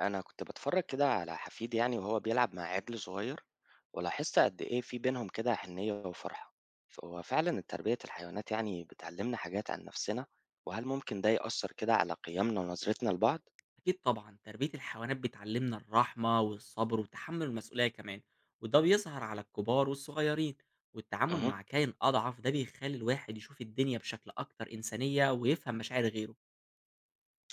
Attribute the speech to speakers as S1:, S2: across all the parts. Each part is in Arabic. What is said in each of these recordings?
S1: أنا كنت بتفرج كده على حفيد يعني وهو بيلعب مع عجل صغير. ولاحظت قد إيه في بينهم كده حنية وفرحة. فهو فعلا تربية الحيوانات يعني بتعلمنا حاجات عن نفسنا. وهل ممكن ده يأثر كده على قيمنا ونظرتنا لبعض؟
S2: أكيد طبعا تربية الحيوانات بتعلمنا الرحمة والصبر وتحمل المسؤولية كمان، وده بيظهر على الكبار والصغيرين. والتعامل
S1: أها،
S2: مع كائن أضعف ده بيخلي الواحد يشوف الدنيا بشكل أكتر إنسانية ويفهم مشاعر غيره.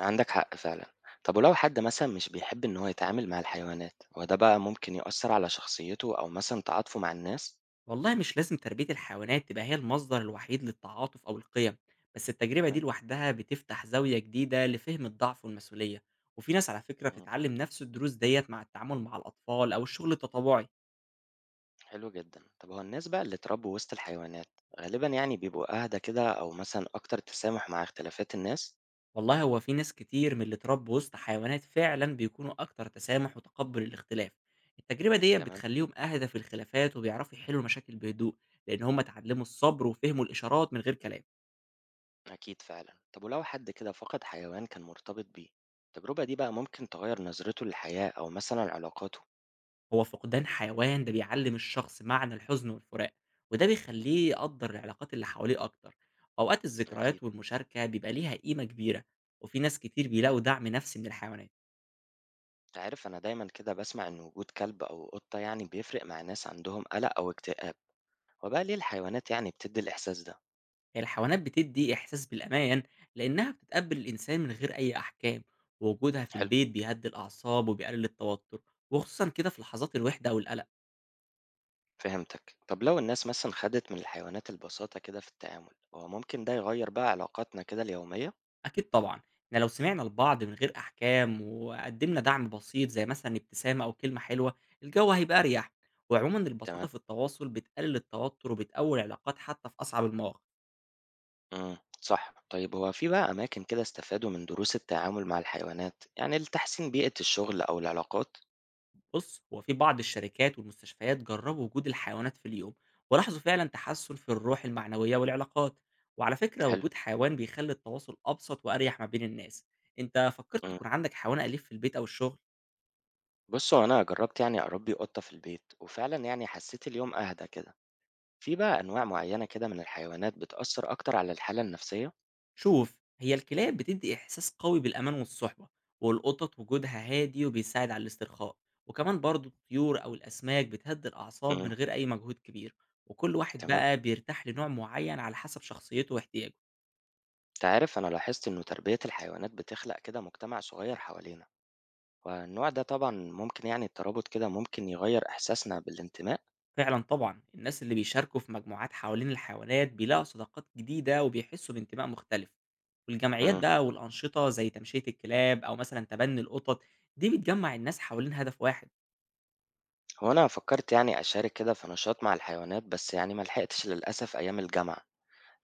S1: عندك حق فعلا. طب ولو حد مثلا مش بيحب إن هو يتعامل مع الحيوانات، وده بقى ممكن يأثر على شخصيته أو مثلا تعاطفه مع الناس.
S2: والله مش لازم تربية الحيوانات تبقى هي المصدر الوحيد للتعاطف أو القيم، بس التجربة دي
S1: تمام؟
S2: لوحدها بتفتح زاوية جديدة لفهم الضعف والمسؤولية. وفي ناس على فكرة بتتعلم نفس الدروس ديت مع التعامل مع الأطفال أو الشغل التطوعي.
S1: حلو جدًا. طب هو الناس بقى اللي اتربوا وسط الحيوانات، غالبًا يعني بيبقوا أهدى كده أو مثلًا أكتر تسامح مع اختلافات الناس؟
S2: والله هو في ناس كتير من اللي اتربوا وسط حيوانات فعلا بيكونوا أكتر تسامح وتقبل الاختلاف. التجربة دي
S1: تمام،
S2: بتخليهم أهدى في الخلافات وبيعرفوا يحلوا المشاكل بهدوء، لأن هم اتعلموا الصبر وفهموا الإشارات من غير كلام.
S1: أكيد فعلًا. طب ولو حد كده فقد حيوان كان مرتبط بيه، التجربة دي بقى ممكن تغيّر نظرته للحياة أو مثلًا علاقاته.
S2: هو فقدان حيوان ده بيعلم الشخص معنى الحزن والفراق، وده بيخليه يقدر العلاقات اللي حواليه أكتر. أوقات
S1: أكيد.
S2: الذكريات والمشاركة بيبقى ليها قيمة كبيرة. وفي ناس كتير بيلاقوا دعم نفسي من الحيوانات.
S1: أنت عارف أنا دايمًا كده باسمع إن وجود كلب أو قطة يعني بيفرق مع ناس عندهم قلق أو اكتئاب، وبقى ليه الحيوانات يعني بتدّي الإحساس ده؟
S2: هي الحيوانات بتدّي إحساس بالأمان، لإنها بتتقبّل الإنسان من غير أي أحكام، ووجودها في
S1: حلو،
S2: البيت بيهدّي الأعصاب وبيقلل التوتر، وخصوصًا كده في لحظات الوحدة أو القلق.
S1: فهمتك. طب لو الناس مثلًا خدت من الحيوانات البساطة كده في التعامل، هو ممكن ده يغيّر بقى علاقاتنا كده اليومية؟
S2: أكيد طبعًا، إحنا لو سمعنا لبعض من غير أحكام، وقدّمنا دعم بسيط زي مثلًا ابتسامة أو كلمة حلوة، الجو هيبقى أريح. وعمومًا البساطة
S1: تمام،
S2: في التواصل بتقلل التوتر وبتقوي العلاقات حتى في أصعب المواقف.
S1: صح. طيب هو في بقى أماكن كده استفادوا من دروس التعامل مع الحيوانات، يعني لتحسين بيئة الشغل أو العلاقات؟
S2: بص، هو في بعض الشركات والمستشفيات جربوا وجود الحيوانات في اليوم، ولاحظوا فعلا تحسن في الروح المعنوية والعلاقات. وعلى فكرة
S1: حلو.
S2: وجود حيوان بيخلي التواصل أبسط وأريح ما بين الناس. أنت فكرت
S1: إمم.
S2: يكون عندك حيوان أليف في البيت أو الشغل؟
S1: بُص هو أنا جرّبت يعني أربّي قطة في البيت، وفعلًا يعني حسّيت اليوم أهدى كده. في بقى أنواع معيّنة كده من الحيوانات بتأثّر أكتر على الحالة النفسية؟
S2: شوف، هي الكلاب بتدي إحساس قوي بالأمان والصحبة، والقطط وجودها هادي وبيساعد على الاسترخاء، وكمان برضو الطيور أو الأسماك بتهدي الأعصاب
S1: إمم،
S2: من غير أي مجهود كبير. وكل واحد
S1: تمام.
S2: بقى بيرتاح لنوع معين على حسب شخصيته واحتياجه.
S1: أنت عارف أنا لاحظت إنه تربية الحيوانات بتخلق كده مجتمع صغير حوالينا، والنوع ده طبعًا ممكن يعني الترابط كده ممكن يغيّر إحساسنا بالانتماء؟
S2: فعلا طبعا الناس اللي بيشاركوا في مجموعات حوالين الحيوانات بيلاقوا صداقات جديدة وبيحسوا بانتماء مختلف. والجمعيات
S1: إمم.
S2: بقى والأنشطة زي تمشية الكلاب أو مثلا تبني القطط، دي بتجمع الناس حوالين هدف واحد.
S1: هو أنا فكرت يعني أشارك كده في نشاط مع الحيوانات بس يعني ما لحقتش للأسف أيام الجامعة.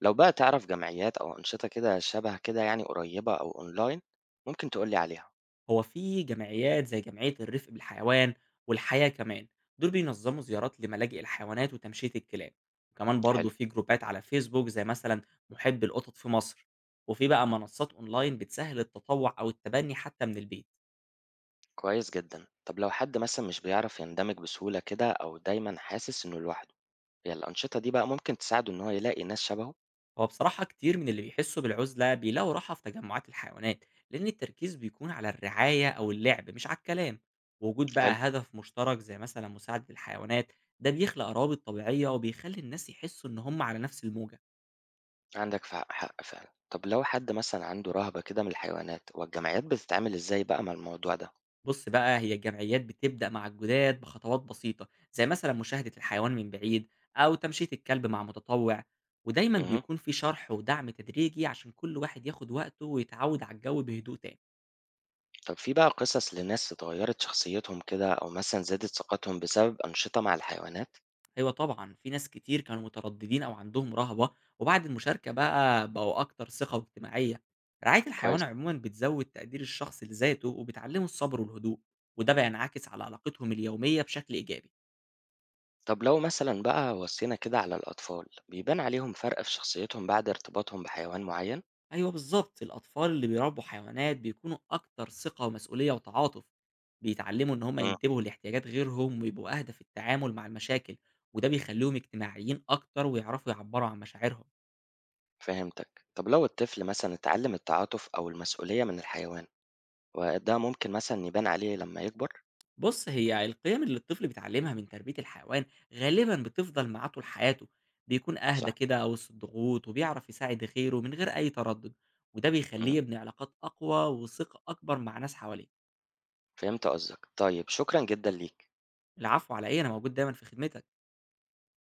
S1: لو بقى تعرف جمعيات أو أنشطة كده شبه كده يعني قريبة أو أونلاين ممكن تقولي عليها.
S2: هو في جمعيات زي جمعية الرفق بالحيوان والحياة كمان، دول بينظموا زيارات لملاجئ الحيوانات وتمشية الكلاب. وكمان برضو
S1: حلو.
S2: في جروبات على فيسبوك زي مثلا محب القطط في مصر. وفي بقى منصات أونلاين بتسهل التطوع أو التبني حتى من البيت.
S1: كويس جدا. طب لو حد مثلا مش بيعرف يندمج بسهولة كده أو دايما حاسس إنه لوحده، هي الأنشطة دي بقى ممكن تساعده إن هو يلاقي ناس شبهه؟
S2: هو بصراحة كتير من اللي بيحسوا بالعزلة بيلاقوا راحة في تجمعات الحيوانات، لأن التركيز بيكون على الرعاية أو اللعب مش على الكلام. وجود بقى
S1: حلو.
S2: هدف مشترك زي مثلا مساعدة الحيوانات، ده بيخلق روابط طبيعية وبيخلي الناس يحسوا إن هم على نفس الموجة.
S1: عندك حق فعلا. طب لو حد مثلا عنده رهبة كده من الحيوانات، والجمعيات بتتعامل إزاي بقى مع الموضوع ده؟
S2: بص بقى، هي الجمعيات بتبدأ مع الجداد بخطوات بسيطة، زي مثلا مشاهدة الحيوان من بعيد أو تمشية الكلب مع متطوع. ودايما
S1: مهم.
S2: بيكون في شرح ودعم تدريجي عشان كل واحد ياخد وقته ويتعود على الجو بهدوء تام.
S1: طب في بقى قصص لناس اتغيرت شخصيتهم كده أو مثلا زادت ثقتهم بسبب أنشطة مع الحيوانات؟
S2: أيوه طبعًا، في ناس كتير كانوا مترددين أو عندهم رهبة، وبعد المشاركة بقى بقوا أكتر ثقة واجتماعية. رعاية الحيوان
S1: كويس.
S2: عمومًا بتزود تقدير الشخص لذاته، وبتعلمه الصبر والهدوء، وده بينعكس على علاقتهم اليومية بشكل إيجابي.
S1: طب لو مثلا بقى وصينا كده على الأطفال، بيبان عليهم فرق في شخصيتهم بعد ارتباطهم بحيوان معين؟
S2: أيوه بالضبط، الأطفال اللي بيربوا حيوانات بيكونوا أكتر ثقة ومسؤولية وتعاطف، بيتعلموا إن هم
S1: امم
S2: ينتبهوا لاحتياجات غيرهم ويبقوا أهدى في التعامل مع المشاكل، وده بيخليهم اجتماعيين أكتر ويعرفوا يعبّروا عن مشاعرهم.
S1: فهمتك. طب لو الطفل مثلا اتعلم التعاطف أو المسؤولية من الحيوان، وده ممكن مثلا يبان عليه لما يكبر؟
S2: بُص، هي القيم اللي الطفل بيتعلّمها من تربية الحيوان غالبًا بتفضل معاه طول حياته، بيكون أهدى
S1: صح.
S2: كده وسط الضغوط وبيعرف يساعد غيره من غير أي تردد، وده بيخلّيه
S1: امم
S2: يبني علاقات أقوى وثقة أكبر مع ناس حواليه.
S1: فهمت قصدك. طيب شكرا جدا ليك.
S2: العفو على إيه، أنا موجود دايمًا في خدمتك.